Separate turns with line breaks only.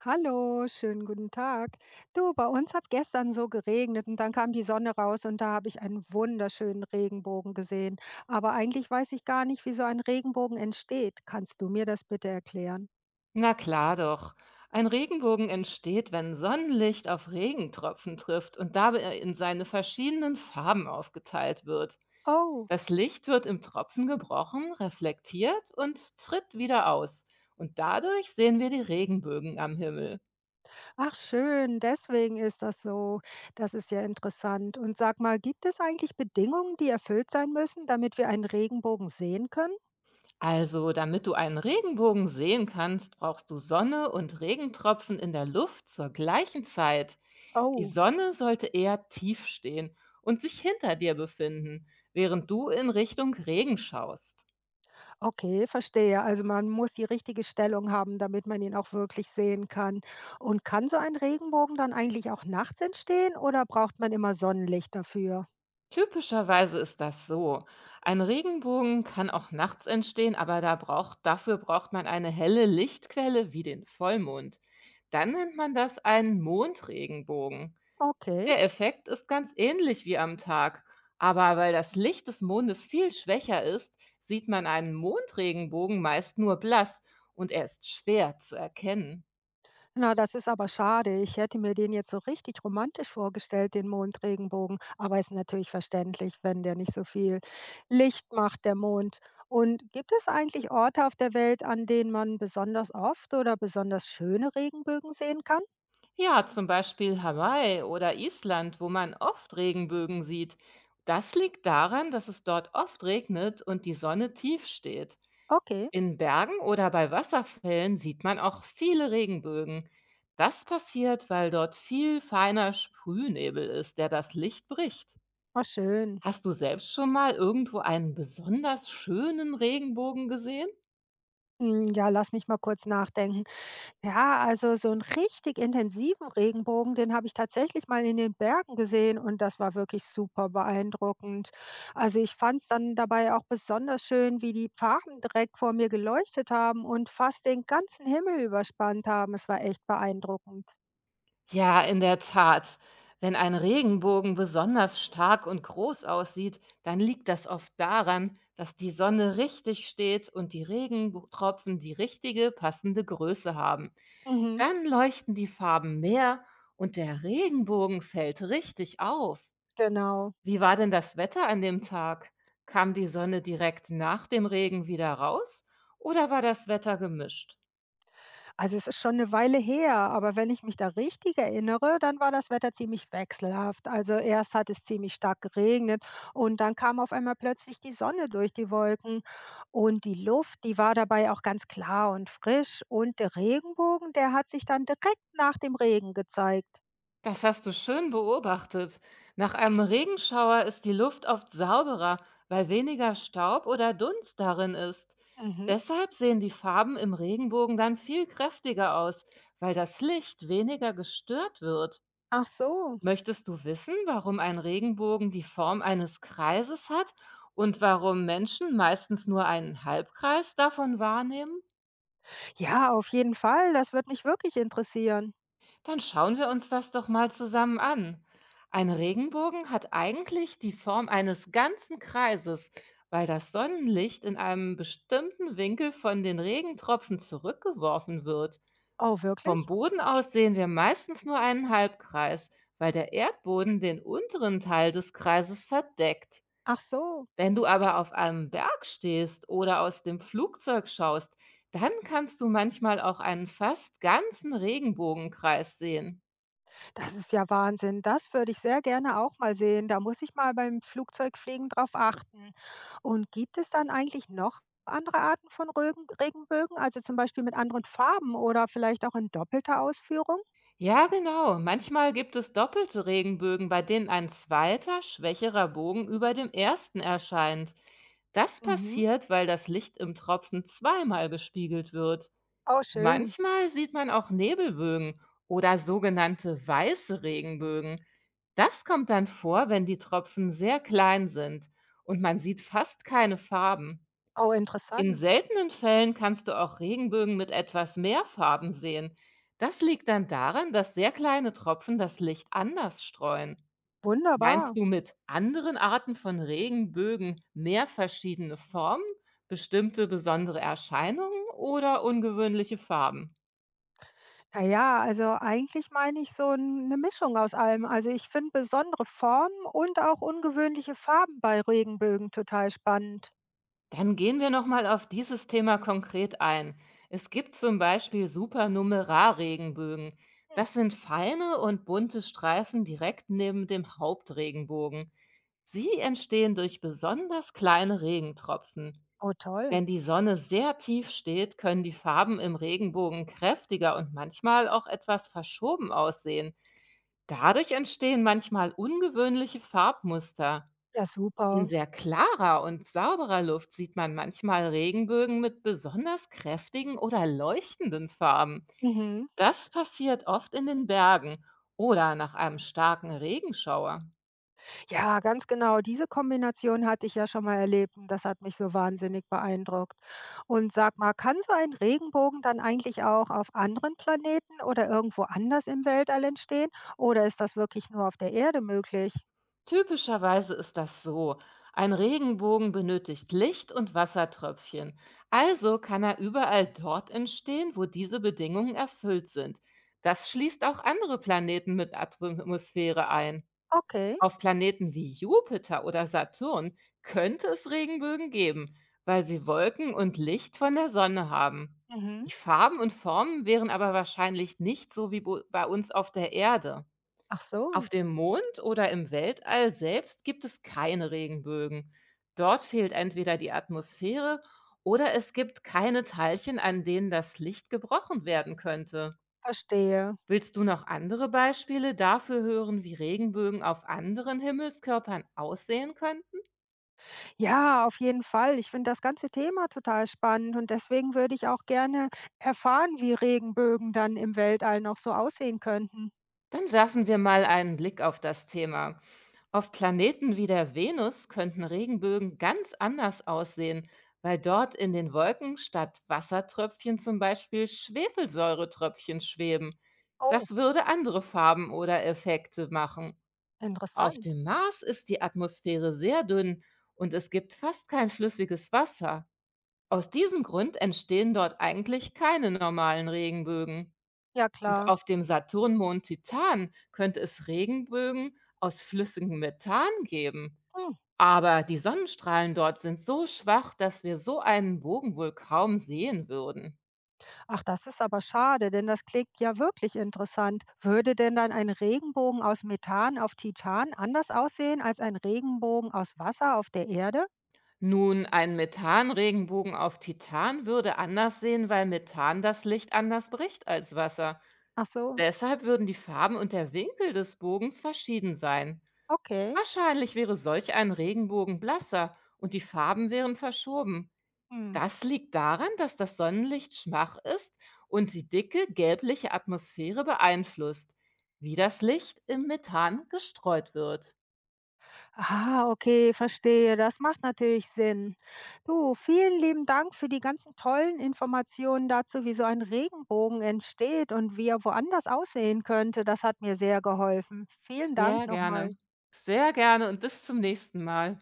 Hallo, schönen guten Tag. Du, bei uns hat es gestern so geregnet und dann kam die Sonne raus und da habe ich einen wunderschönen Regenbogen gesehen. Aber eigentlich weiß ich gar nicht, wie so ein Regenbogen entsteht. Kannst du mir das bitte erklären?
Na klar doch. Ein Regenbogen entsteht, wenn Sonnenlicht auf Regentropfen trifft und dabei er in seine verschiedenen Farben aufgeteilt wird.
Oh,
Das Licht wird im Tropfen gebrochen, reflektiert und tritt wieder aus. Und dadurch sehen wir die Regenbögen am Himmel.
ach schön, deswegen ist das so. Das ist ja interessant. Und sag mal, gibt es eigentlich Bedingungen, die erfüllt sein müssen, damit wir einen Regenbogen sehen können?
Also, damit du einen Regenbogen sehen kannst, brauchst du Sonne und Regentropfen in der Luft zur gleichen Zeit. Die
Oh.
Sonne sollte eher tief stehen und sich hinter dir befinden, während du in Richtung Regen schaust.
Okay, verstehe. Also man muss die richtige Stellung haben, damit man ihn auch wirklich sehen kann. Und kann so ein Regenbogen dann eigentlich auch nachts entstehen oder braucht man immer Sonnenlicht dafür?
Typischerweise ist das so. Ein Regenbogen kann auch nachts entstehen, aber dafür braucht man eine helle Lichtquelle wie den Vollmond. Dann nennt man das einen Mondregenbogen.
Okay.
Der Effekt ist ganz ähnlich wie am Tag, aber weil das Licht des Mondes viel schwächer ist, sieht man einen Mondregenbogen meist nur blass und er ist schwer zu erkennen.
Na, das ist aber schade. Ich hätte mir den jetzt so richtig romantisch vorgestellt, den Mondregenbogen. Aber ist natürlich verständlich, wenn der nicht so viel Licht macht, der Mond. Und gibt es eigentlich Orte auf der Welt, an denen man besonders oft oder besonders schöne Regenbögen sehen kann?
Ja, zum Beispiel Hawaii oder Island, wo man oft Regenbögen sieht. Das liegt daran, dass es dort oft regnet und die Sonne tief steht.
Okay,
In Bergen oder bei Wasserfällen sieht man auch viele Regenbögen. Das passiert, weil dort viel feiner Sprühnebel ist, der das Licht bricht.
war schön.
Hast du selbst schon mal irgendwo einen besonders schönen Regenbogen gesehen?
Hm, ja, lass mich mal kurz nachdenken. Ja, also so einen richtig intensiven Regenbogen, den habe ich tatsächlich mal in den Bergen gesehen und das war wirklich super beeindruckend. Also, ich fand es dann dabei auch besonders schön, wie die Farben direkt vor mir geleuchtet haben und fast den ganzen Himmel überspannt haben. Es war echt beeindruckend.
Ja, in der Tat. Wenn ein Regenbogen besonders stark und groß aussieht, dann liegt das oft daran, dass die Sonne richtig steht und die Regentropfen die richtige, passende Größe haben.
Mhm,
Dann leuchten die Farben mehr und der Regenbogen fällt richtig auf.
genau.
Wie war denn das Wetter an dem Tag? Kam die Sonne direkt nach dem Regen wieder raus oder war das Wetter gemischt?
Also, es ist schon eine Weile her, aber wenn ich mich da richtig erinnere, dann war das Wetter ziemlich wechselhaft. Also, erst hat es ziemlich stark geregnet und dann kam auf einmal plötzlich die Sonne durch die Wolken. Und die Luft, die war dabei auch ganz klar und frisch und der Regenbogen, der hat sich dann direkt nach dem Regen gezeigt.
Das hast du schön beobachtet. Nach einem Regenschauer ist die Luft oft sauberer, weil weniger Staub oder Dunst darin ist.
Mhm.
Deshalb sehen die Farben im Regenbogen dann viel kräftiger aus, weil das Licht weniger gestört wird.
Ach so.
Möchtest du wissen, warum ein Regenbogen die Form eines Kreises hat und warum Menschen meistens nur einen Halbkreis davon wahrnehmen?
Ja, auf jeden Fall, das wird mich wirklich interessieren.
Dann schauen wir uns das doch mal zusammen an. Ein Regenbogen hat eigentlich die Form eines ganzen Kreises, weil das Sonnenlicht in einem bestimmten Winkel von den Regentropfen zurückgeworfen wird.
Oh,
Vom
wirklich?
Boden aus sehen wir meistens nur einen Halbkreis, weil der Erdboden den unteren Teil des Kreises verdeckt.
Ach so.
Wenn du aber auf einem Berg stehst oder aus dem Flugzeug schaust, dann kannst du manchmal auch einen fast ganzen Regenbogenkreis sehen.
Das ist ja Wahnsinn. Das würde ich sehr gerne auch mal sehen. Da muss ich mal beim Flugzeugfliegen drauf achten. Und gibt es dann eigentlich noch andere Arten von Regenbögen, also zum Beispiel mit anderen Farben oder vielleicht auch in doppelter Ausführung?
Ja, genau. Manchmal gibt es doppelte Regenbögen, bei denen ein zweiter, schwächerer Bogen über dem ersten erscheint. Das
Mhm.
passiert, weil das Licht im Tropfen zweimal gespiegelt wird.
Oh, schön.
Manchmal sieht man auch Nebelbögen oder sogenannte weiße Regenbögen. Das kommt dann vor, wenn die Tropfen sehr klein sind und man sieht fast keine Farben.
Oh,
In
interessant.
seltenen Fällen kannst du auch Regenbögen mit etwas mehr Farben sehen. Das liegt dann daran, dass sehr kleine Tropfen das Licht anders streuen. Meinst
Wunderbar.
du mit anderen Arten von Regenbögen mehr verschiedene Formen, bestimmte besondere Erscheinungen oder ungewöhnliche Farben?
Naja, also eigentlich meine ich so eine Mischung aus allem. Also ich finde besondere Formen und auch ungewöhnliche Farben bei Regenbögen total spannend.
Dann gehen wir noch mal auf dieses Thema konkret ein. Es gibt zum Beispiel Supernumerarregenbögen.
Hm.
Das sind feine und bunte Streifen direkt neben dem Hauptregenbogen. Sie entstehen durch besonders kleine Regentropfen.
Oh, toll.
Wenn die Sonne sehr tief steht, können die Farben im Regenbogen kräftiger und manchmal auch etwas verschoben aussehen. Dadurch entstehen manchmal ungewöhnliche Farbmuster.
Ja, super.
In sehr klarer und sauberer Luft sieht man manchmal Regenbögen mit besonders kräftigen oder leuchtenden Farben.
Mhm.
Das passiert oft in den Bergen oder nach einem starken Regenschauer.
Ja, ganz genau. Diese Kombination hatte ich ja schon mal erlebt und das hat mich so wahnsinnig beeindruckt. Und sag mal, kann so ein Regenbogen dann eigentlich auch auf anderen Planeten oder irgendwo anders im Weltall entstehen? Oder ist das wirklich nur auf der Erde möglich?
Typischerweise ist das so. Ein Regenbogen benötigt Licht und Wassertröpfchen. Also kann er überall dort entstehen, wo diese Bedingungen erfüllt sind. Das schließt auch andere Planeten mit Atmosphäre ein.
Okay.
Auf Planeten wie Jupiter oder Saturn könnte es Regenbögen geben, weil sie Wolken und Licht von der Sonne haben.
Mhm.
Die Farben und Formen wären aber wahrscheinlich nicht so wie bei uns auf der Erde.
Ach
Auf
so.
dem Mond oder im Weltall selbst gibt es keine Regenbögen. Dort fehlt entweder die Atmosphäre oder es gibt keine Teilchen, an denen das Licht gebrochen werden könnte.
Verstehe.
Willst du noch andere Beispiele dafür hören, wie Regenbögen auf anderen Himmelskörpern aussehen könnten?
Ja, auf jeden Fall. Ich finde das ganze Thema total spannend und deswegen würde ich auch gerne erfahren, wie Regenbögen dann im Weltall noch so aussehen könnten.
Dann werfen wir mal einen Blick auf das Thema. Auf Planeten wie der Venus könnten Regenbögen ganz anders aussehen, weil dort in den Wolken statt Wassertröpfchen zum Beispiel Schwefelsäuretröpfchen schweben.
Oh,
Das würde andere Farben oder Effekte machen. Auf
interessant.
dem Mars ist die Atmosphäre sehr dünn und es gibt fast kein flüssiges Wasser. Aus diesem Grund entstehen dort eigentlich keine normalen Regenbögen.
Ja,
Und
klar.
auf dem Saturnmond Titan könnte es Regenbögen aus flüssigem Methan geben.
Hm.
Aber die Sonnenstrahlen dort sind so schwach, dass wir so einen Bogen wohl kaum sehen würden.
Ach, das ist aber schade, denn das klingt ja wirklich interessant. Würde denn dann ein Regenbogen aus Methan auf Titan anders aussehen als ein Regenbogen aus Wasser auf der Erde?
Nun, ein Methanregenbogen auf Titan würde anders sehen, weil Methan das Licht anders bricht als Wasser.
Ach so,
Deshalb würden die Farben und der Winkel des Bogens verschieden sein.
okay.
Wahrscheinlich wäre solch ein Regenbogen blasser und die Farben wären verschoben.
Hm.
Das liegt daran, dass das Sonnenlicht schwach ist und die dicke, gelbliche Atmosphäre beeinflusst, wie das Licht im Methan gestreut wird.
Ah, okay, verstehe. Das macht natürlich Sinn. Du, vielen lieben Dank für die ganzen tollen Informationen dazu, wie so ein Regenbogen entsteht und wie er woanders aussehen könnte. Das hat mir sehr geholfen. Vielen
Sehr
Dank
gerne.
nochmal.
Sehr gerne und bis zum nächsten Mal.